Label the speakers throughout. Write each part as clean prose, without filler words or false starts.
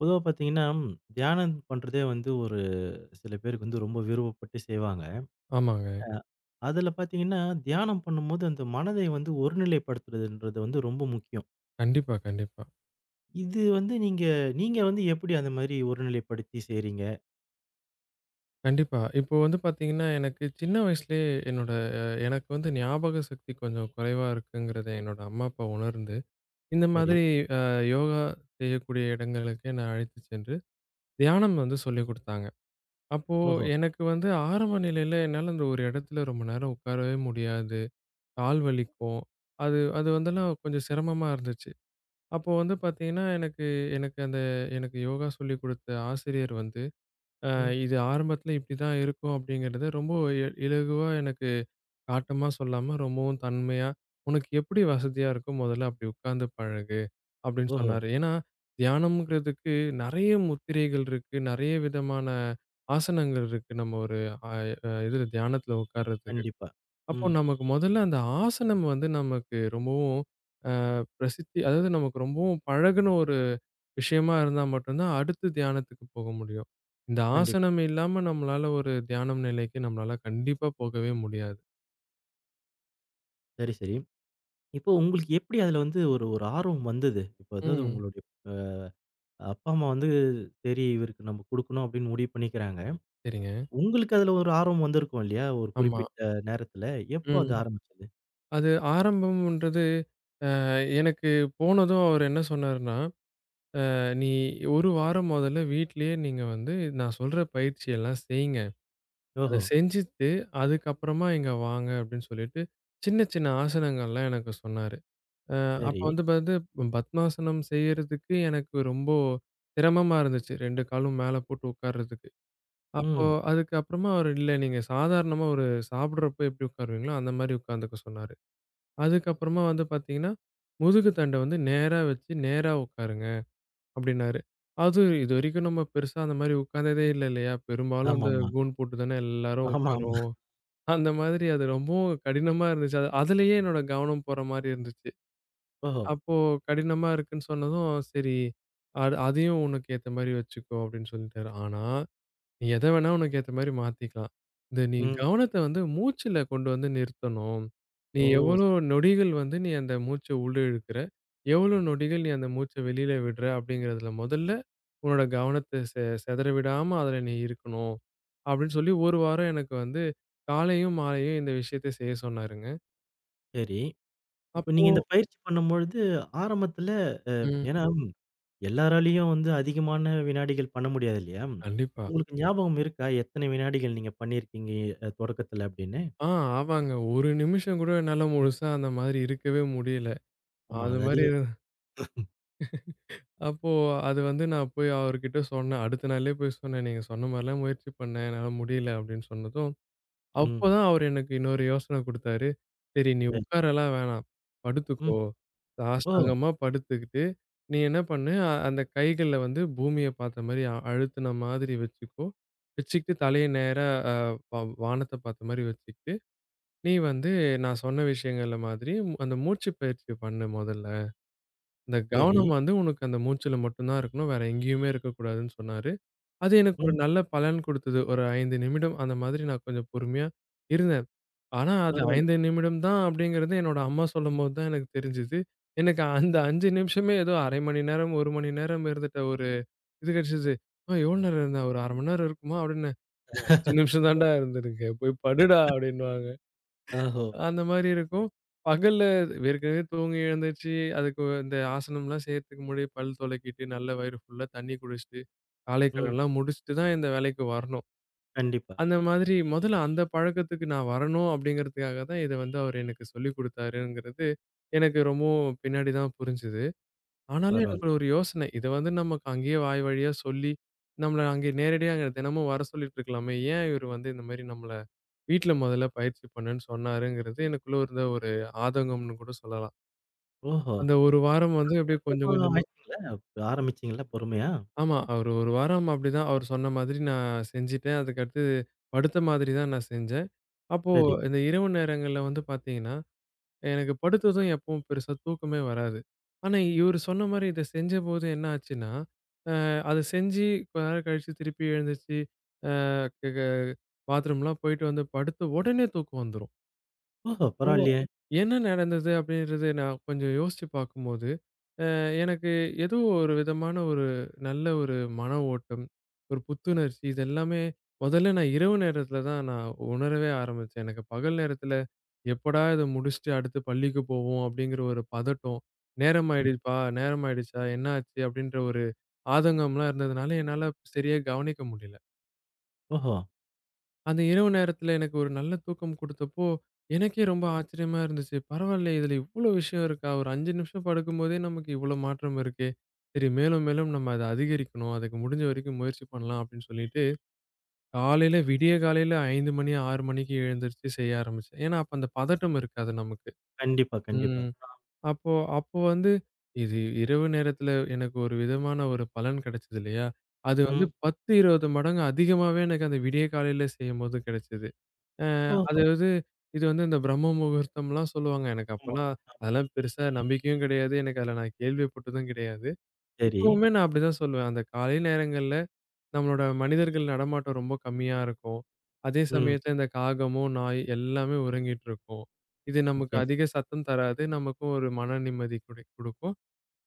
Speaker 1: பொதுவா பார்த்தீங்கன்னா, தியானம் பண்றதே வந்து ஒரு சில பேருக்கு வந்து ரொம்ப விருப்பப்பட்டு செய்வாங்க.
Speaker 2: ஆமாங்க.
Speaker 1: அ அதுல பார்த்தீங்கன்னா, தியானம் பண்ணும்போது அந்த மனதை வந்து ஒருநிலைப்படுத்துறதுன்றது வந்து ரொம்ப முக்கியம்.
Speaker 2: கண்டிப்பா, கண்டிப்பா.
Speaker 1: இது வந்து நீங்க நீங்க வந்து எப்படி அந்த மாதிரி ஒருநிலைப்படுத்தி செய்றீங்க?
Speaker 2: கண்டிப்பா. இப்போ வந்து பார்த்தீங்கன்னா, எனக்கு சின்ன வயசுலயே என்னோட எனக்கு வந்து ஞாபக சக்தி கொஞ்சம் குறைவா இருக்குங்கிறத என்னோட அம்மா, அப்பா உணர்ந்து, இந்த
Speaker 1: சரி.
Speaker 2: மாதிரி அ யோகா செய்யக்கூடிய இடங்களுக்கு என்ன அழைத்து சென்று தியானம் வந்து சொல்லிக் குடுத்தாங்க. அப்போ
Speaker 1: ஓஹோ!
Speaker 2: எனக்கு வந்து ஆரம்ப நிலையில என்னால அந்த ஒரு இடத்துல ரொம்ப நேரம் உட்காரவே முடியாது. கால் வலிக்கும். அது அது வந்தெல்லாம் கொஞ்சம் சிரமமா இருந்துச்சு. அப்போ வந்து பார்த்தீங்கன்னா, எனக்கு எனக்கு அந்த எனக்கு யோகா சொல்லிக் குடுத்த ஆசிரியர் வந்து அ
Speaker 1: ம்.
Speaker 2: இது ஆரம்பத்தில இப்படிதான் இருக்கும் அப்படிங்கிறத ரொம்ப இலகுவா எனக்கு காட்டமா சொல்லாம, ரொம்பவும் தன்மையா, "உனக்கு எப்படி வசதியா இருக்கோ முதல்ல அப்படி உட்கார்ந்து பழகு" அப்படின்னு
Speaker 1: ஓஹோ!
Speaker 2: சொன்னாரு. ஏன்னா, தியானம்ங்கிறதுக்கு நெறைய முத்திரைகள் இருக்கு. நெறைய விதமான ஆசனங்கள் இருக்கு. நம்ம ஒரு அ அ இதுல தியானத்துல உட்கார்றதுக்கு.
Speaker 1: கண்டிப்பா.
Speaker 2: அப்போ
Speaker 1: ம்.
Speaker 2: நமக்கு முதல்ல அந்த ஆசனம் வந்து நமக்கு ரொம்பவும் அ பிரசித்தி அதாவது நமக்கு ரொம்பவும் பழகுன ஒரு விஷயமா இருந்தா மட்டும் தான் அடுத்து தியானத்துக்கு போக முடியும். இந்த
Speaker 1: கண்டிப்பா.
Speaker 2: ஆசனம் இல்லாம நம்மளால ஒரு தியானம் நிலைக்கு நம்மளால கண்டிப்பா போகவே முடியாது.
Speaker 1: சரி, சரி. இப்போ உங்களுக்கு எப்படி அதுல வந்து ஒரு ஒரு ஆர்வம் வந்தது? இப்போ அதாவது
Speaker 2: ம்.
Speaker 1: உங்களுடைய அ அப்பா, அம்மா வந்து சரி இவருக்கு நம்ம குடுக்கணும் அப்படின்னு முடிவு பண்ணிக்கிறாங்க.
Speaker 2: சரிங்க.
Speaker 1: உங்களுக்கு அதுல ஒரு ஆர்வம் வந்திருக்கும் இல்லையா? ஒரு
Speaker 2: ஆமா.
Speaker 1: குறிப்பிட்ட நேரத்துல. எப்போ அது
Speaker 2: ம்.
Speaker 1: ஆரம்பிச்சது?
Speaker 2: அது ஆரம்பம்ன்றது அ எனக்கு போனதும் அவர் என்ன சொன்னாருன்னா, நீ 1 வாரம் முதல்ல வீட்லயே நீங்க வந்து நான் சொல்ற பயிற்சி எல்லாம் செய்ங்க. அத
Speaker 1: ஓஹோ!
Speaker 2: செஞ்சுட்டு, அதுக்கப்புறமா இங்க வாங்க அப்படின்னு சொல்லிட்டு, சின்ன சின்ன ஆசனங்கள்லாம் எனக்கு சொன்னாரு. ம். அப்ப
Speaker 1: சரி.
Speaker 2: வந்து வந்து பத்மாசனம் செய்யறதுக்கு எனக்கு ரொம்ப சிரமமா இருந்துச்சு. 2 காலும் மேல போட்டு உட்கார்றதுக்கு. அப்போ
Speaker 1: ம்.
Speaker 2: அதுக்கப்புறமா அவரு இல்ல நீங்க சாதாரணமா ஒரு சாப்பிடுறப்போ எப்படி உட்காருவீங்களோ, அந்த மாரி உட்கார்ந்துக்க சொன்னாரு. அதுக்கப்புறமா வந்து பார்த்தீங்கன்னா, முதுகு தண்ட வந்து நேரா வச்சு நேரா உட்காருங்க அப்படின்னாரு. அது இதுவரைக்கும் நம்ம பெருசா அந்த மாரி உட்கார்ந்ததே இல்ல, இல்லையா? பெரும்பாலும் ம். இந்த
Speaker 1: ஆமாமா.
Speaker 2: கூன் போட்டு தானே எல்லாரும்
Speaker 1: ஆமாமா.
Speaker 2: உட்காருவோம். அந்த மாதிரி அது ரொம்பவும் கடினமா இருந்துச்சு. அது அதிலேயே என்னோட கவனம் போற மாரி இருந்துச்சு.
Speaker 1: ஓஹோ!
Speaker 2: அப்போ கடினமா இருக்குன்னு சொன்னதும், "சரி அதையும் உனக்கு ஏத்த மாரி வச்சுக்கோ" அப்படின்னு சொல்லிட்டாரு. ஆனா, "நீ எத வேணா உனக்கு ஏத்த மாரி மாத்திக்கலாம். இந்த நீ
Speaker 1: ம்.
Speaker 2: கவனத்த வந்து மூச்சுல கொண்டு வந்து நிறுத்தணும். நீ
Speaker 1: ஓ!
Speaker 2: எவ்வளோ நொடிகள் வந்து நீ அந்த மூச்ச உள்ள இழுக்கிற, எவ்வளோ நொடிகள் நீ அந்த மூச்ச வெளியில விடுற அப்படிங்கிறதுல முதல்ல உன்னோட கவனத்த சிதற விடாம அதுல நீ இருக்கணும். அப்படின்னு சொல்லி ஒரு வாரம் எனக்கு வந்து காலையும், மாலையும் இந்த விஷயத்த செய்ய சொன்னாருங்க.
Speaker 1: சரி. இப்ப
Speaker 2: அப்போ
Speaker 1: நீங்க இந்த பயிற்சி பண்ணும்பொழுது ஆரம்பத்துல
Speaker 2: ம்.
Speaker 1: ஏன்னா எல்லாராலயும் வந்து அதிகமான வினாடிகள் பண்ண முடியாது இல்லையா?
Speaker 2: கண்டிப்பா.
Speaker 1: உங்களுக்கு ஞாபகம் இருக்கா? எத்தனை வினாடிகள் நீங்க பண்ணியிருக்கீங்க தொடக்கத்துல அப்படின்னு?
Speaker 2: ஆ ஆமாங்க. ஒரு நிமிஷம் கூட என்னால முழுசா அந்த மாதிரி இருக்கவே முடியல.
Speaker 1: ஆமா.
Speaker 2: அது
Speaker 1: அது
Speaker 2: மாரி
Speaker 1: அதிகம்.
Speaker 2: அப்போ அது வந்து நான் போய் அவர்கிட்ட சொன்னேன். அடுத்த நாளே போய் சொன்னேன். "நீங்க சொன்ன மாரிலாம் முயற்சி பண்ணேன். என்னால முடியல." அப்படின்னு சொன்னதும்,
Speaker 1: ம்.
Speaker 2: அப்போதான் அவர் எனக்கு இன்னொரு யோசனை குடுத்தாரு. "சரி நீ
Speaker 1: சரி.
Speaker 2: உட்காரலாம் வேணாம்.
Speaker 1: ம்.
Speaker 2: படுத்துக்கோ."
Speaker 1: ஓ!
Speaker 2: சாஷ்டாங்கமா படுத்துக்கிட்டு, நீ என்ன பண்ணு, அந்த கைகள வந்து பூமிய பார்த்த மாரி அழுத்துன மாதிரி வச்சுக்கோ. வச்சுக்கிட்டு தலைய நேரா அ வ வானத்த பார்த்த மாரி வச்சுக்கிட்டு, நீ வந்து நான் சொன்ன விஷயங்கள்ல மாதிரி அந்த மூச்சு பயிற்சி பண்ணு மொதல்ல. இந்த
Speaker 1: சரி.
Speaker 2: கவனம் வந்து உனக்கு அந்த மூச்சுல மட்டும் தான் இருக்கணும். வேற எங்கேயுமே இருக்கக்கூடாதுன்னு சொன்னாரு. அது எனக்கு ஒரு
Speaker 1: ம்.
Speaker 2: நல்ல பலன் குடுத்தது. ஒரு 5 நிமிடம் அந்த மாதிரி நான் கொஞ்சம் பொறுமையா இருந்தேன். ஆனா அது 5
Speaker 1: பரவாயில்லையே.
Speaker 2: நிமிடம் தான் அப்படிங்கிறது என்னோட அம்மா சொல்லும்போது தான் எனக்கு தெரிஞ்சது. எனக்கு அந்த 5 நிமிஷமே ஏதோ 1/2 மணி நேரம், 1 மணி நேரம் இருந்துட்ட ஒரு இது கிடைச்சது. "அ எவ்வளோ நேரம் இருந்த? ஒரு 1/2 மணி நேரம் இருக்குமா?" அப்படின்னு. "5 நிமிஷம் தான்டா இருந்திருக்கேன். போய் படுடா" அப்படின்னுவாங்க.
Speaker 1: ஓஹோ!
Speaker 2: அந்த மாரி இருக்கும். பகல்ல ஏற்கனவே தூங்கி எழுந்துருச்சு, அதுக்கு இந்த ஆசனம்லாம் செய்யறதுக்கு முன்னாடி பல் துலக்கிட்டு, நல்ல வயிறு ஃபுல்லா தண்ணி குடிச்சுட்டு, காலை
Speaker 1: ம்.
Speaker 2: கடன்லாம் முடிச்சுட்டு தான் இந்த வேலைக்கு வரணும்.
Speaker 1: கண்டிப்பா.
Speaker 2: அந்த மாதிரி முதல்ல அந்த பழக்கத்துக்கு நான் வரணும் அப்படிங்கிறதுக்காக தான் இத வந்து அவரு எனக்கு சொல்லிக் குடுத்தாருங்கிறது, எனக்கு ரொம்பவும் பின்னாடி தான் புரிஞ்சது. ஆனாலும்
Speaker 1: பரவால்ல.
Speaker 2: எனக்கு ஒரு யோசனை. இத வந்து நமக்கு அங்கேயே வாய் வழியா சொல்லி, நம்மள அங்கே நேரடியா அங்க தினமும் வர சொல்லிட்டு இருக்கலாமே. ஏன் இவரு வந்து இந்த மாரி நம்மள வீட்ல முதல்ல பயிற்சி பண்ணுன்னு சொன்னாருங்கிறது எனக்குள்ள இருந்த ஒரு ஆதங்கம்னு கூட சொல்லலாம்.
Speaker 1: ஓஹோ!
Speaker 2: அந்த 1 வாரம் வந்து அப்படியே கொஞ்சம்
Speaker 1: அப்புறமா
Speaker 2: கொஞ்சமா
Speaker 1: ஆயிடுச்சுங்களா? ஆரம்பிச்சீங்களா பொறுமையா?
Speaker 2: ஆமா. அவர் ஒரு 1 வாரம் அப்படிதான் அவரு சொன்ன மாதிரி நான் செஞ்சுட்டேன். அதுக்கடுத்து படுத்த மாதிரி தான் நான் செஞ்சேன். அப்போ
Speaker 1: சரி.
Speaker 2: இந்த இரவு நேரங்கள்ல வந்து பார்த்தீங்கன்னா, எனக்கு படுத்ததும் எப்பவும் பெருசா தூக்கமே வராது. ஆனா, இவரு சொன்ன மாரி இத செஞ்சபோது என்ன ஆச்சுன்னா, அ அத செஞ்சு கொஞ்ச நேரம் கழிச்சு திருப்பி எழுந்துருச்சு, அ க க பாத்ரூம்லாம் போயிட்டு வந்து படுத்து உடனே தூக்கம் வந்துரும்.
Speaker 1: ஓஹோ!
Speaker 2: ஓ!
Speaker 1: பரவாயில்லையே!
Speaker 2: என்ன நடந்தது அப்படின்றது நான் கொஞ்சம் யோசிச்சு பார்க்கும்போது, அ எனக்கு ஏதோ ஒரு விதமான ஒரு நல்ல ஒரு மன ஓட்டம், ஒரு புத்துணர்ச்சி இது எல்லாமே முதல்ல நான் இரவு நேரத்தில தான் நான் உணரவே ஆரம்பிச்சேன். எனக்கு பகல் நேரத்தில எப்படா இத முடிச்சுட்டு அடுத்து பள்ளிக்கு போவோம் அப்படிங்கிற ஒரு பதட்டம், நேரம்
Speaker 1: ம்.
Speaker 2: ஆயிடுப்பா, நேரம் ஆயிடுச்சா, என்ன ஆச்சு அப்படின்ற ஒரு ஆதங்கம்லாம் இருந்ததுனால என்னால சரியா கவனிக்க முடியல.
Speaker 1: ஓஹோ!
Speaker 2: அந்த இரவு நேரத்துல எனக்கு ஒரு நல்ல தூக்கம் குடுத்தப்போ, எனக்கே ரொம்ப ஆச்சரியமா இருந்துச்சு. பரவாயில்லயே! இதுல இவ்ளோ விஷயம் இருக்கா? ஒரு 5 நிமிஷம் படுக்கும்போதே நமக்கு இவ்ளோ மாற்றம் இருக்கே! சரி மேலும், மேலும் நம்ம அத அதிகரிக்கணும். அதுக்கு முடிஞ்ச வரைக்கும் முயற்சி பண்ணலாம் அப்படின்னு சொல்லிட்டு, காலையில விடிய காலையில 5 மணி, 6 மணிக்கு எழுந்திருச்சு செய்ய ஆரம்பிச்சேன். ஏன்னா, அப்ப அந்த பதட்டம் இருக்காது நமக்கு.
Speaker 1: கண்டிப்பா, கண்டிப்பா.
Speaker 2: ம். அப்போ அப்போ வந்து இது இரவு நேரத்துல எனக்கு ஒரு விதமான ஒரு பலன் கிடைச்சது இல்லையா? அது வந்து
Speaker 1: ம்.
Speaker 2: 10, 20 மடங்கு அதிகமாவே எனக்கு அந்த விடிய காலையில செய்யும்போது கிடைச்சது. அ
Speaker 1: ஓஹோ!
Speaker 2: அதாவது இது வந்து இந்த பிரம்ம முகூர்த்தம்லாம் சொல்லுவாங்க. எனக்கு
Speaker 1: ஆமா.
Speaker 2: அப்பலாம் அதெல்லாம் பெருசா நம்பிக்கையும் கிடையாது. எனக்கு அதில நான் கேள்விப்பட்டதும் கிடையாது.
Speaker 1: சரி.
Speaker 2: இப்பவுமே நான் அப்படிதான் சொல்லுவேன். அந்த காலை நேரங்கள்ல நம்மளோட மனிதர்கள் நடமாட்டம் ரொம்ப கம்மியா இருக்கும். அதே
Speaker 1: ம்.
Speaker 2: சமயத்தில இந்த காகமும், நாய் எல்லாமே உறங்கிட்டு இருக்கும். இது நமக்கு
Speaker 1: நிச்சயம்.
Speaker 2: அதிக சத்தம் தராது. நமக்கும் ஒரு மன நிம்மதி குடுக்கும்.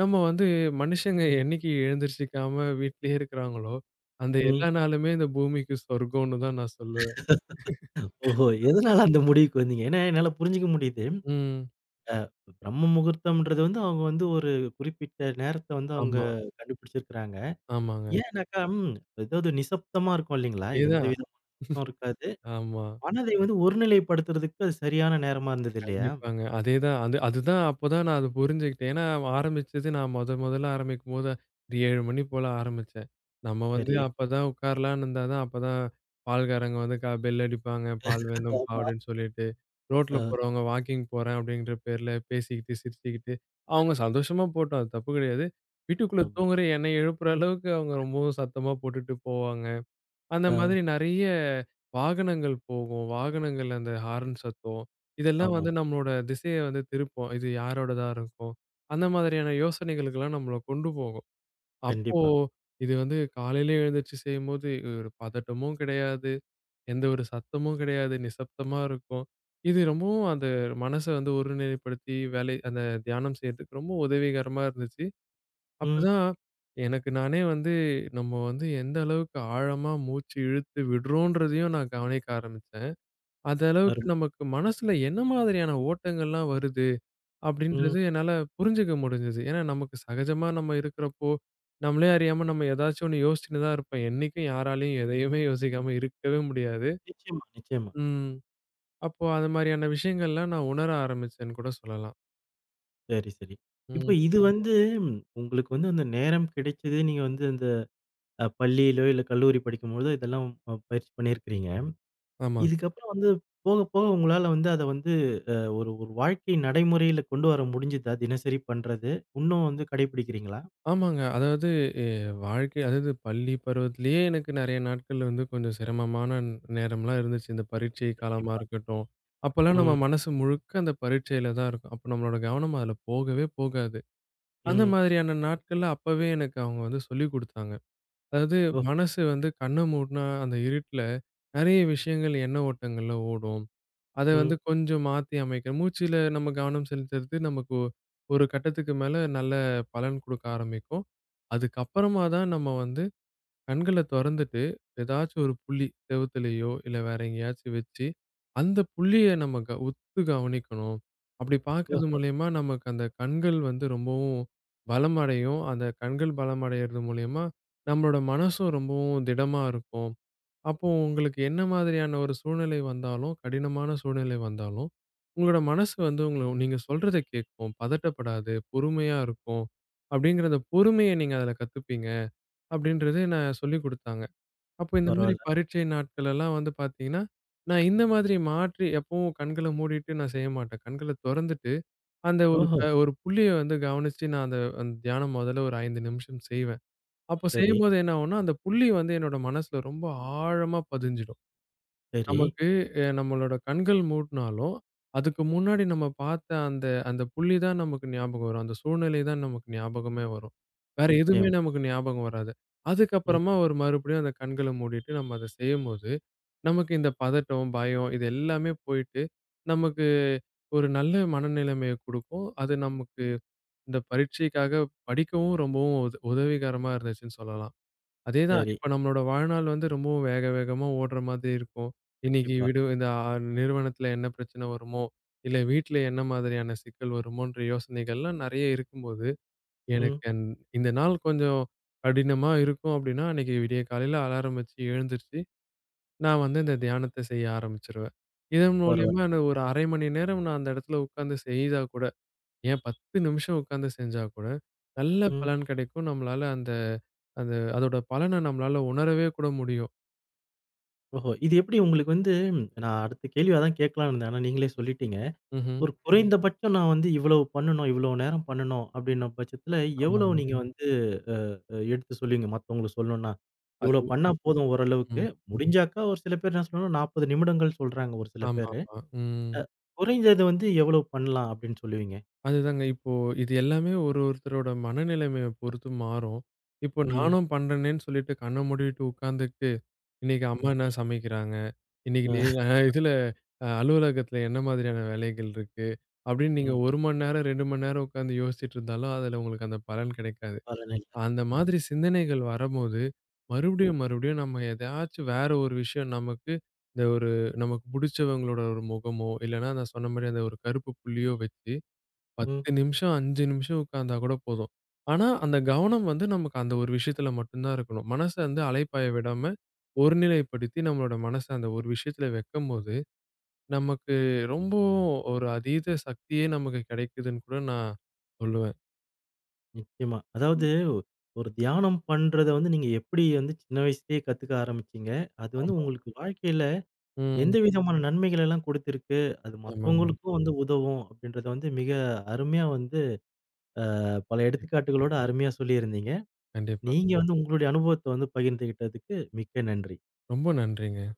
Speaker 2: நம்ம வந்து மனுஷங்க என்னைக்கு எழுந்திரிச்சுக்காம வீட்லயே இருக்கிறாங்களோ, அந்த
Speaker 1: ம்.
Speaker 2: எல்லா நாளுமே இந்த பூமிக்கு சொர்க்கம்னு தான் நான் சொல்லுவேன்.
Speaker 1: ஓஹோ! எதனால அந்த முடிவுக்கு வந்தீங்க? ஏன்னா என்னால புரிஞ்சுக்க முடியுது.
Speaker 2: ம்.
Speaker 1: அ பிரம்ம முகூர்த்தம்ன்றது வந்து அவங்க வந்து ஒரு குறிப்பிட்ட நேரத்த வந்து அவங்க
Speaker 2: ஆமா,
Speaker 1: கண்டுபிடிச்சிருக்கிறாங்க.
Speaker 2: ஆமா.
Speaker 1: ஏன்னாக்கா ம் ஏதாவது நிசப்தமா இருக்கும் இல்லைங்களா? எந்த
Speaker 2: அதேதான்.
Speaker 1: விதமான சத்தமும் இருக்காது.
Speaker 2: ஆமா.
Speaker 1: மனதை வந்து ஒருநிலைப்படுத்துறதுக்கு அது சரியான நேரமா இருந்தது இல்லையா?
Speaker 2: கண்டிப்பாங்க. அதேதான். அதுதான் அப்பதான் நான் அத புரிஞ்சுகிட்டேன். ஏன்னா ஆரம்பிச்சது நான் மொதல்ல ஆரம்பிக்கும்போது ஒரு 7 மணி போல ஆரம்பிச்சேன். நம்ம வந்து
Speaker 1: சரி.
Speaker 2: அப்பதான் உட்காரலான்னு இருந்தா தான் அப்பதான் பால்காரங்க வந்து பெல் அடிப்பாங்க. பால் வேணும்பா
Speaker 1: ஆமா.
Speaker 2: அப்படின்னு சொல்லிட்டு. ரோட்ல
Speaker 1: அ
Speaker 2: போறவங்க வாக்கிங் போறேன் அப்படின்ற பேர்ல பேசிக்கிட்டு, சிரிச்சுக்கிட்டு அவங்க சந்தோஷமா போட்டோம். அது தப்பு கிடையாது. வீட்டுக்குள்ள
Speaker 1: ஆமா.
Speaker 2: தூங்குற என்னை எழுப்புற அளவுக்கு அவங்க ரொம்பவும் சத்தமா போட்டுட்டு போவாங்க. அந்த மாதிரி
Speaker 1: அ
Speaker 2: நெறைய வாகனங்கள் போகும். வாகனங்கள் அந்த ஹார்ன் சத்தம். இதெல்லாம்
Speaker 1: ஆமா.
Speaker 2: வந்து நம்மளோட திசைய வந்து திருப்பும். இது யாரோடதா இருக்கும்? அந்த மாதிரியான யோசனைகளுக்கெல்லாம் நம்மள கொண்டு போகும். அப்போ
Speaker 1: கண்டிப்பா.
Speaker 2: இது வந்து காலையில எழுந்திருச்சு செய்யும்போது ஒரு பதட்டமும் கிடையாது. எந்த ஒரு சத்தமும் கிடையாது. நிசப்தமா இருக்கும். இது ரொம்பவும் அந்த மனச வந்து ஒருநிலைப்படுத்தி வேலை அந்த தியானம் செய்றதுக்கு ரொம்ப உதவிகரமா இருந்துச்சு.
Speaker 1: ம்.
Speaker 2: அப்பதான் எனக்கு நானே வந்து, நம்ம வந்து எந்த அளவுக்கு ஆழமா மூச்சு இழுத்து விடுறோன்றதையும் நான் கவனிக்க ஆரம்பிச்சேன். அந்த அளவுக்கு
Speaker 1: அருமை.
Speaker 2: நமக்கு மனசுல என்ன மாதிரியான ஓட்டங்கள்லாம் வருது
Speaker 1: ம்.
Speaker 2: அப்படின்றது என்னால புரிஞ்சுக்க முடிஞ்சது. ஏன்னா நமக்கு சகஜமா நம்ம இருக்கிறப்போ, நம்மளே அறியாம நம்ம ஏதாச்சும் ஒண்ணு யோசிச்சுன்னு தான் இருப்போம். என்னைக்கும் யாராலயும் எதையுமே யோசிக்காம இருக்கவே முடியாது.
Speaker 1: நிச்சயமா, நிச்சயமா.
Speaker 2: ம். அப்போ அது மாரியான விஷயங்கள்லாம் நான் உணர ஆரம்பிச்சேன்னு கூட சொல்லலாம்.
Speaker 1: சரி, சரி.
Speaker 2: ம்.
Speaker 1: இப்போ இது வந்து ம் உங்களுக்கு வந்து அந்த நேரம் கிடைச்சது, நீங்க வந்து அந்த பள்ளியிலோ, இல்ல கல்லூரி படிக்கும்பொழுதோ இதெல்லாம் பயிற்சி பண்ணியிருக்கிறீங்க.
Speaker 2: ஆமா.
Speaker 1: இதுக்கப்புறம் வந்து போக, போக உங்களால வந்து அத வந்து ஒரு ஒரு வாழ்க்கை நடைமுறையில கொண்டு வர முடிஞ்சுதா? தினசரி பண்றது. இன்னும் வந்து கடைபிடிக்கிறீங்களா?
Speaker 2: ஆமாங்க. அதாவது எ வாழ்க்கை அதாவது பள்ளி பருவத்திலேயே எனக்கு நெறைய நாட்கள் வந்து கொஞ்சம் சிரமமான நேரம்லாம் இருந்துச்சு. இந்த பரீட்சை காலமா
Speaker 1: கண்டிப்பா.
Speaker 2: இருக்கட்டும். அப்பலாம் நம்ம
Speaker 1: ம்,
Speaker 2: மனசு முழுக்க அந்த பரீட்சையில தான் இருக்கும். அப்ப நம்மளோட கவனம் அதுல போகவே போகாது. அந்த
Speaker 1: ம்.
Speaker 2: மாதிரியான நாட்கள்ல அப்பவே எனக்கு அவங்க வந்து சொல்லிக் குடுத்தாங்க. அதாவது
Speaker 1: ஓஹோ!
Speaker 2: மனசு வந்து கண்ண மூடுனா அந்த இருட்டுல நெறைய விஷயங்கள் எண்ண ஓட்டங்கள்ல ஓடும். அத வந்து
Speaker 1: ம்.
Speaker 2: கொஞ்சம் மாத்தி அமைக்கணும். மூச்சுல நம்ம கவனம் செலுத்துறது நமக்கு ஒரு கட்டத்துக்கு மேல நல்ல பலன் குடுக்க ஆரம்பிக்கும். அதுக்கப்புறமா தான் நம்ம வந்து கண்கள தொறந்துட்டு, ஏதாச்சும் ஒரு புள்ளி செவுத்துலயோ, இல்ல வேற எங்கேயாச்சும் வச்சு, அந்த புள்ளிய நம்ம உத்து கவனிக்கணும். அப்படி பார்க்கறது
Speaker 1: ஓஹோ!
Speaker 2: மூலியமா நமக்கு அந்த கண்கள் வந்து ரொம்பவும் பலமடையும். அந்த கண்கள் பலமடையறது மூலியமா நம்மளோட மனசும் ரொம்பவும் திடமா இருக்கும். அப்போ உங்களுக்கு என்ன மாதிரியான ஒரு சூழ்நிலை வந்தாலும், கடினமான சூழ்நிலை வந்தாலும், உங்களோட மனசு வந்து உங்கள நீங்க சொல்றத கேட்கும். பதட்டப்படாது, பொறுமையா இருக்கும். அப்படிங்கிற அந்த பொறுமைய நீங்க அதில கத்துப்பீங்க. அப்படின்றது நான் சொல்லிக் குடுத்தாங்க. அப்போ இந்த மாரி
Speaker 1: பரவால்ல.
Speaker 2: பரீட்சை நாட்கள் எல்லாம் வந்து பார்த்தீங்கன்னா, நான் இந்த மாதிரி மாற்றி எப்பவும் கண்கள மூடிட்டு நான் செய்ய மாட்டேன். கண்கள தொறந்துட்டு, அந்த ஒரு
Speaker 1: ஓஹோ!
Speaker 2: ஒரு புள்ளிய வந்து கவனிச்சு நான் அந்த அந்த தியானம் முதல்ல ஒரு 5 நிமிஷம் செய்வேன். அப்போ
Speaker 1: சரி,
Speaker 2: செய்யும்போது என்ன ஆகும்னா, அந்த புள்ளி வந்து என்னோட மனசுல ரொம்ப ஆழமா பதிஞ்சிடும்.
Speaker 1: சரி.
Speaker 2: நமக்கு நம்மளோட கண்கள் மூடுனாலும், அதுக்கு முன்னாடி நம்ம பார்த்த அந்த அந்த புள்ளி தான் நமக்கு ஞாபகம் வரும். அந்த சூழ்நிலை தான் நமக்கு ஞாபகமே வரும். வேற எதுவுமே
Speaker 1: நிச்சயம்.
Speaker 2: நமக்கு ஞாபகம் வராது.
Speaker 1: ம்.
Speaker 2: அதுக்கப்புறமா ஒரு மறுபடியும் அந்த கண்கள மூடிட்டு நம்ம அத செய்யும்போது, நமக்கு இந்த பதட்டம், பயம் இது எல்லாமே போயிட்டு, நமக்கு ஒரு நல்ல மனநிலைமைய குடுக்கும். அது நமக்கு இந்த பரீட்சைக்காக படிக்கவும் ரொம்பவும் உதவிகரமா இருந்துச்சுன்னு சொல்லலாம். அதேதான்.
Speaker 1: சரி.
Speaker 2: இப்ப நம்மளோட வாழ்நாள் வந்து ரொம்பவும் வேக வேகமா ஓடுற மாதிரி இருக்கும். இன்னைக்கு
Speaker 1: கண்டிப்பா.
Speaker 2: விடு இந்த நிறுவனத்துல என்ன பிரச்சனை வருமோ? இல்ல வீட்ல என்ன மாதிரியான சிக்கல் வருமோன்ற யோசனைகள்லாம் நெறைய இருக்கும்போது,
Speaker 1: ம்.
Speaker 2: எனக்கு இந்த நாள் கொஞ்சம் கடினமா இருக்கும் அப்டின்னா, அன்னைக்கு விடிய காலையில அலாரம் வச்சு எழுந்திருச்சு, நான் வந்து இந்த தியானத்த செய்ய ஆரம்பிச்சுருவேன். இதன்
Speaker 1: பரவால்ல.
Speaker 2: மூலியமா நான் ஒரு 1/2 மணி நேரம் நான் அந்த இடத்துல உட்கார்ந்து செய்தா கூட, ஏன் 10 நிமிஷம் உட்காந்து செஞ்சா கூட, நல்ல
Speaker 1: ம்.
Speaker 2: பலன் கிடைக்கும். நம்மளால அந்த அந்த அதோட பலன நம்மளால உணரவே கூட முடியும்.
Speaker 1: ஓஹோ! இது எப்படி உங்களுக்கு வந்து நான் அடுத்த கேள்வி அதான் கேட்கலான்னு இருந்தேன். ஆனா நீங்களே சொல்லிட்டீங்க.
Speaker 2: ம்ஹ்ம்.
Speaker 1: ஒரு ம். குறைந்தபட்சம் நான் வந்து இவ்வளவு பண்ணணும், இவ்வளவு நேரம் பண்ணணும் அப்படின்ன பட்சத்துல, எவ்வளவு
Speaker 2: ஆமாங்க.
Speaker 1: நீங்க ம். வந்து அ அ எடுத்து சொல்லுவீங்க மத்தவங்களுக்கு சொல்லணும்னா? இவ்வளோ
Speaker 2: அது
Speaker 1: பண்ணா போதும் ஓரளவுக்கு.
Speaker 2: ம்.
Speaker 1: முடிஞ்சாக்கா ஒரு சில பேர் என்ன சொல்றாங்கன்னா, 40 நிமிடங்கள் சொல்றாங்க ஒரு சில பேரு.
Speaker 2: ஆமாமா. ம்.
Speaker 1: குறைஞ்சது வந்து எவ்வளவு பண்ணலாம் அப்படின்னு சொல்லுவீங்க?
Speaker 2: அதுதாங்க. இப்போ இது எல்லாமே ஒரு ஒருத்தரோட மனநிலைமைய பொறுத்து மாறும். இப்போ
Speaker 1: ம்,
Speaker 2: நானும் பண்றேனேன்னு சொல்லிட்டு கண்ண மூடிட்டு உட்காந்துக்கிட்டு, இன்னைக்கு அம்மா
Speaker 1: ம்,
Speaker 2: என்ன சமைக்கிறாங்க? இன்னைக்கு
Speaker 1: அ,
Speaker 2: நீ இதுல அலுவலகத்துல என்ன மாதிரியான வேலைகள் இருக்கு? அப்படின்னு நீங்க
Speaker 1: ம்.
Speaker 2: 1 மணி நேரம், 2 மணி நேரம் உட்காந்து யோசிச்சுட்டு இருந்தாலும், அதுல உங்களுக்கு அந்த பலன் கிடைக்காது.
Speaker 1: பரவாயில்ல.
Speaker 2: அந்த
Speaker 1: சரி.
Speaker 2: மாதிரி சிந்தனைகள் வரம்போது,
Speaker 1: ம்,
Speaker 2: மறுபடியும் மறுபடியும் நம்ம எதையாச்சும் வேற ஒரு விஷயம் நமக்கு இந்த ஒரு நமக்கு புடிச்சவங்களோட ஒரு முகமோ, இல்லன்னா நான் சொன்ன மாரி அந்த ஒரு கருப்பு புள்ளியோ வச்சு
Speaker 1: ம்.
Speaker 2: 10 நிமிஷம், 5 நிமிஷம் உட்கார்ந்தா கூட போதும். ஆனா, அந்த கவனம் வந்து நமக்கு அந்த ஒரு விஷயத்துல மட்டும் தான் இருக்கணும். மனச வந்து அலைபாய விடாம ஒருநிலைப்படுத்தி நம்மளோட மனச அந்த ஒரு விஷயத்துல வைக்கும்போது, நமக்கு ரொம்பவும் ஒரு அதீத சக்தியே நமக்கு கிடைக்குதுன்னு கூட நான் சொல்லுவேன்.
Speaker 1: நிச்சயமா.
Speaker 2: ம்.
Speaker 1: அதாவது ஒ- ஒரு தியானம் பண்றத வந்து நீங்க எப்படி வந்து சின்ன வயசுலயே கத்துக்க ஆரம்பிச்சீங்க? அது வந்து
Speaker 2: ஆமா.
Speaker 1: உங்களுக்கு வாழ்க்கையில
Speaker 2: ம்.
Speaker 1: எந்த விதமான நன்மைகள் எல்லாம் குடுத்திருக்கு? அது
Speaker 2: ஆமாங்க.
Speaker 1: மத்தவங்களுக்கும் வந்து உதவும் அப்படின்றத வந்து மிக அருமையா வந்து பல எடுத்துக்காட்டுகளோட அருமையா சொல்லியிருந்தீங்க.
Speaker 2: கண்டிப்பா.
Speaker 1: நீங்க வந்து உங்களுடைய அனுபவத்த வந்து பகிர்ந்துகிட்டதுக்கு மிக்க நன்றி.
Speaker 2: ரொம்ப நன்றிங்க.